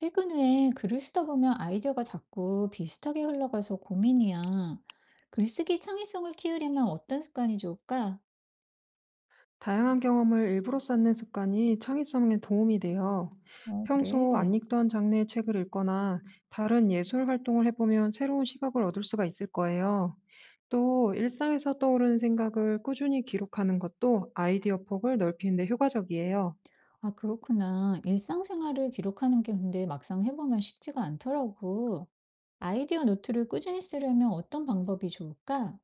최근에 글을 쓰다 보면 아이디어가 자꾸 비슷하게 흘러가서 고민이야. 글쓰기 창의성을 키우려면 어떤 습관이 좋을까? 다양한 경험을 일부러 쌓는 습관이 창의성에 도움이 돼요. 어, 그래. 평소 안 읽던 장르의 책을 읽거나 다른 예술 활동을 해보면 새로운 시각을 얻을 수가 있을 거예요. 또 일상에서 떠오르는 생각을 꾸준히 기록하는 것도 아이디어 폭을 넓히는 데 효과적이에요. 아, 그렇구나. 일상생활을 기록하는 게 근데 막상 해보면 쉽지가 않더라고. 아이디어 노트를 꾸준히 쓰려면 어떤 방법이 좋을까?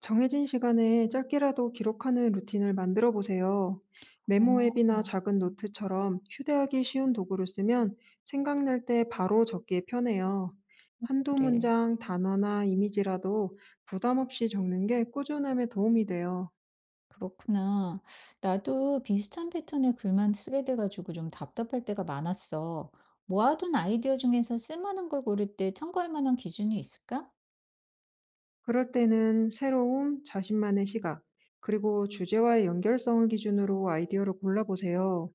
정해진 시간에 짧게라도 기록하는 루틴을 만들어 보세요. 메모 어, 앱이나 어, 작은 노트처럼 휴대하기 쉬운 도구를 쓰면 생각날 때 바로 적기에 편해요. 한두 그래. 문장 단어나 이미지라도 부담 없이 적는 게 꾸준함에 도움이 돼요. 그렇구나. 나도 비슷한 패턴의 글만 쓰게 돼가지고 좀 답답할 때가 많았어. 모아둔 아이디어 중에서 쓸만한 걸 고를 때 참고할 만한 기준이 있을까? 그럴 때는 새로움, 자신만의 시각, 그리고 주제와의 연결성을 기준으로 아이디어를 골라보세요.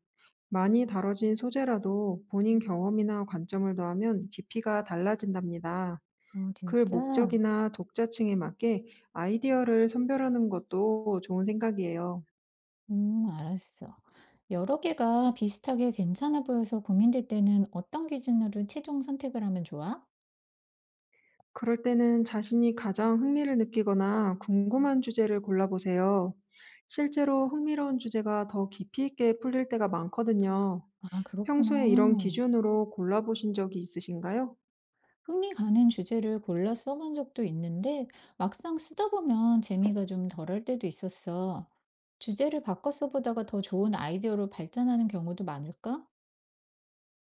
많이 다뤄진 소재라도 본인 경험이나 관점을 더하면 깊이가 달라진답니다. 어, 글 진짜? 목적이나 독자층에 맞게 아이디어를 선별하는 것도 좋은 생각이에요. 알았어. 여러 개가 비슷하게 괜찮아 보여서 고민될 때는 어떤 기준으로 최종 선택을 하면 좋아? 그럴 때는 자신이 가장 흥미를 느끼거나 궁금한 주제를 골라보세요. 실제로 흥미로운 주제가 더 깊이 있게 풀릴 때가 많거든요. 아, 평소에 이런 그렇구나. 기준으로 골라보신 적이 있으신가요? 흥미 가는 주제를 골라 써본 적도 있는데 막상 쓰다 보면 재미가 좀 덜할 때도 있었어. 주제를 바꿔 써보다가 더 좋은 아이디어로 발전하는 경우도 많을까?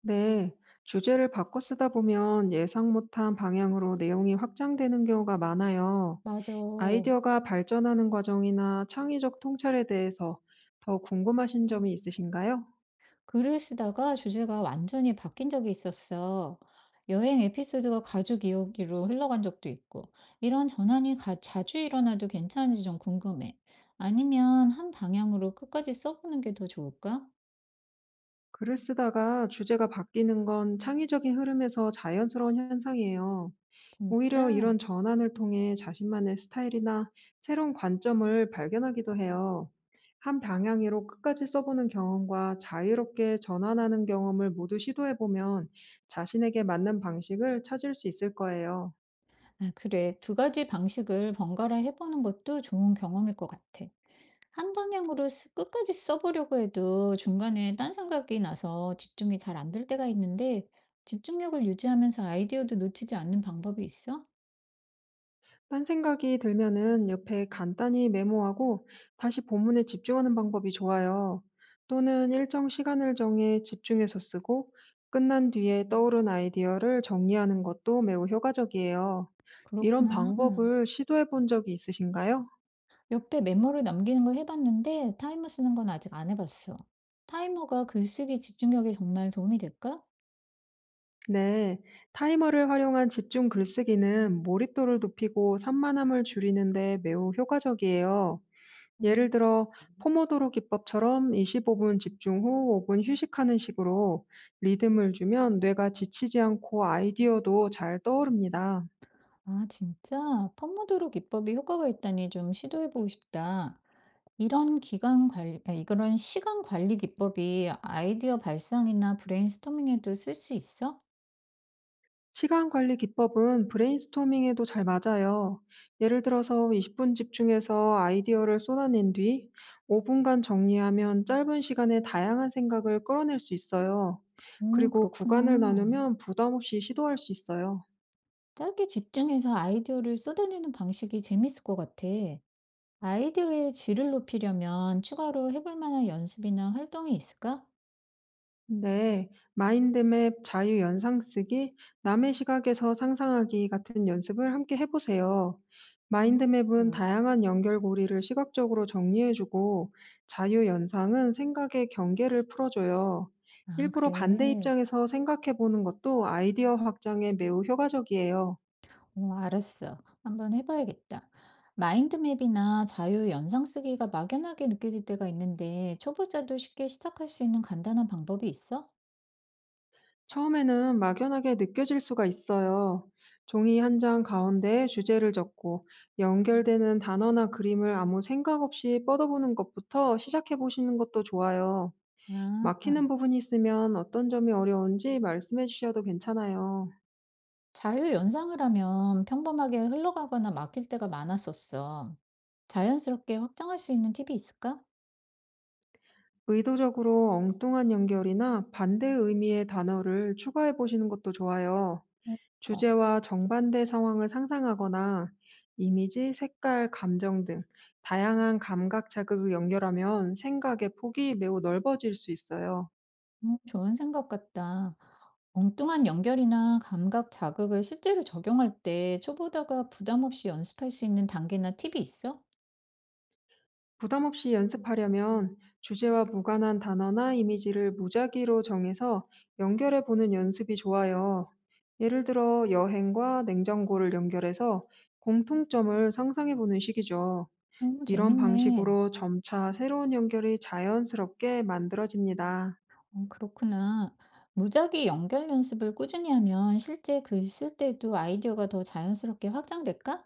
네. 주제를 바꿔 쓰다 보면 예상 못한 방향으로 내용이 확장되는 경우가 많아요. 맞아. 아이디어가 발전하는 과정이나 창의적 통찰에 대해서 더 궁금하신 점이 있으신가요? 글을 쓰다가 주제가 완전히 바뀐 적이 있었어. 여행 에피소드가 가족 이야기로 흘러간 적도 있고, 이런 전환이 자주 일어나도 괜찮은지 좀 궁금해. 아니면 한 방향으로 끝까지 써보는 게 더 좋을까? 글을 쓰다가 주제가 바뀌는 건 창의적인 흐름에서 자연스러운 현상이에요. 오히려 진짜? 이런 전환을 통해 자신만의 스타일이나 새로운 관점을 발견하기도 해요. 한 방향으로 끝까지 써보는 경험과 자유롭게 전환하는 경험을 모두 시도해보면 자신에게 맞는 방식을 찾을 수 있을 거예요. 아, 그래. 두 가지 방식을 번갈아 해보는 것도 좋은 경험일 것 같아. 한 방향으로 끝까지 써보려고 해도 중간에 딴 생각이 나서 집중이 잘 안될 때가 있는데 집중력을 유지하면서 아이디어도 놓치지 않는 방법이 있어? 딴 생각이 들면은 옆에 간단히 메모하고 다시 본문에 집중하는 방법이 좋아요. 또는 일정 시간을 정해 집중해서 쓰고 끝난 뒤에 떠오른 아이디어를 정리하는 것도 매우 효과적이에요. 이런 그렇구나. 방법을 시도해 본 적이 있으신가요? 옆에 메모를 남기는 걸 해봤는데 타이머 쓰는 건 아직 안 해봤어. 타이머가 글쓰기 집중력에 정말 도움이 될까? 네, 타이머를 활용한 집중 글쓰기는 몰입도를 높이고 산만함을 줄이는데 매우 효과적이에요. 음. 예를 들어 포모도로 기법처럼 25분 집중 후 5분 휴식하는 식으로 리듬을 주면 뇌가 지치지 않고 아이디어도 잘 떠오릅니다. 아, 진짜? 펌모드로 기법이 효과가 있다니 좀 시도해보고 싶다. 이런 시간 관리 기법이 아이디어 발상이나 브레인스토밍에도 쓸 수 있어? 시간 관리 기법은 브레인스토밍에도 잘 맞아요. 예를 들어서 20분 집중해서 아이디어를 쏟아낸 뒤 5분간 정리하면 짧은 시간에 다양한 생각을 끌어낼 수 있어요. 그리고 구간을 그렇구나. 나누면 부담 없이 시도할 수 있어요. 짧게 집중해서 아이디어를 쏟아내는 방식이 재밌을 것 같아. 아이디어의 질을 높이려면 추가로 해볼 만한 연습이나 활동이 있을까? 네, 마인드맵, 자유 연상 쓰기, 남의 시각에서 상상하기 같은 연습을 함께 해보세요. 음. 마인드맵은 음. 다양한 연결고리를 시각적으로 정리해주고, 자유 연상은 생각의 경계를 풀어줘요. 아, 일부러 반대 그래. 입장에서 생각해보는 것도 아이디어 확장에 매우 효과적이에요. 어, 알았어. 한번 해봐야겠다. 마인드맵이나 자유 연상 쓰기가 막연하게 느껴질 때가 있는데, 초보자도 쉽게 시작할 수 있는 간단한 방법이 있어? 처음에는 막연하게 느껴질 수가 있어요. 종이 한 장 가운데에 주제를 적고 연결되는 단어나 그림을 아무 생각 없이 뻗어보는 것부터 시작해 보시는 것도 좋아요. 아, 막히는 부분이 있으면 어떤 점이 어려운지 말씀해 주셔도 괜찮아요. 자유 연상을 하면 평범하게 흘러가거나 막힐 때가 많았었어. 자연스럽게 확장할 수 있는 팁이 있을까? 의도적으로 엉뚱한 연결이나 반대 의미의 단어를 추가해 보시는 것도 좋아요. 어, 어, 주제와 정반대 상황을 상상하거나 이미지, 색깔, 감정 등 다양한 감각 자극을 연결하면 생각의 폭이 매우 넓어질 수 있어요. 좋은 생각 같다. 엉뚱한 연결이나 감각 자극을 실제로 적용할 때 초보자가 부담 없이 연습할 수 있는 단계나 팁이 있어? 부담 없이 연습하려면 주제와 무관한 단어나 이미지를 무작위로 정해서 연결해 보는 연습이 좋아요. 예를 들어 여행과 냉장고를 연결해서 공통점을 상상해 보는 식이죠. 이런 재밌네. 방식으로 점차 새로운 연결이 자연스럽게 만들어집니다. 어, 그렇구나. 무작위 연결 연습을 꾸준히 하면 실제 글 쓸 때도 아이디어가 더 자연스럽게 확장될까?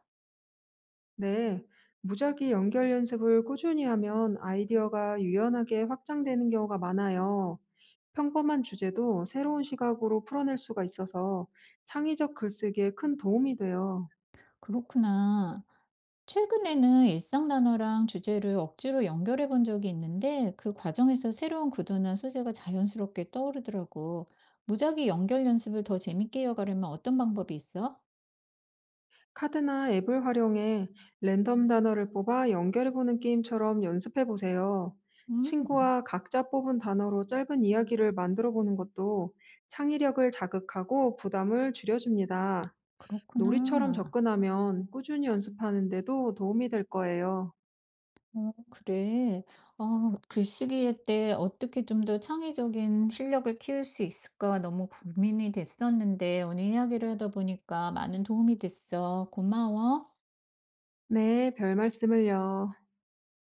네, 무작위 연결 연습을 꾸준히 하면 아이디어가 유연하게 확장되는 경우가 많아요. 평범한 주제도 새로운 시각으로 풀어낼 수가 있어서 창의적 글쓰기에 큰 도움이 돼요. 그렇구나. 최근에는 일상 단어랑 주제를 억지로 연결해 본 적이 있는데 그 과정에서 새로운 구도나 소재가 자연스럽게 떠오르더라고. 무작위 연결 연습을 더 재밌게 이어가려면 어떤 방법이 있어? 카드나 앱을 활용해 랜덤 단어를 뽑아 연결해보는 게임처럼 연습해보세요. 음, 친구와 각자 뽑은 단어로 짧은 이야기를 만들어보는 것도 창의력을 자극하고 부담을 줄여줍니다. 놀이처럼 그렇구나. 접근하면 꾸준히 연습하는데도 도움이 될 거예요. 어 그래. 아 글쓰기에 때 어떻게 좀 더 창의적인 실력을 키울 수 있을까 너무 고민이 됐었는데 오늘 이야기를 하다 보니까 많은 도움이 됐어. 고마워. 네, 별 말씀을요.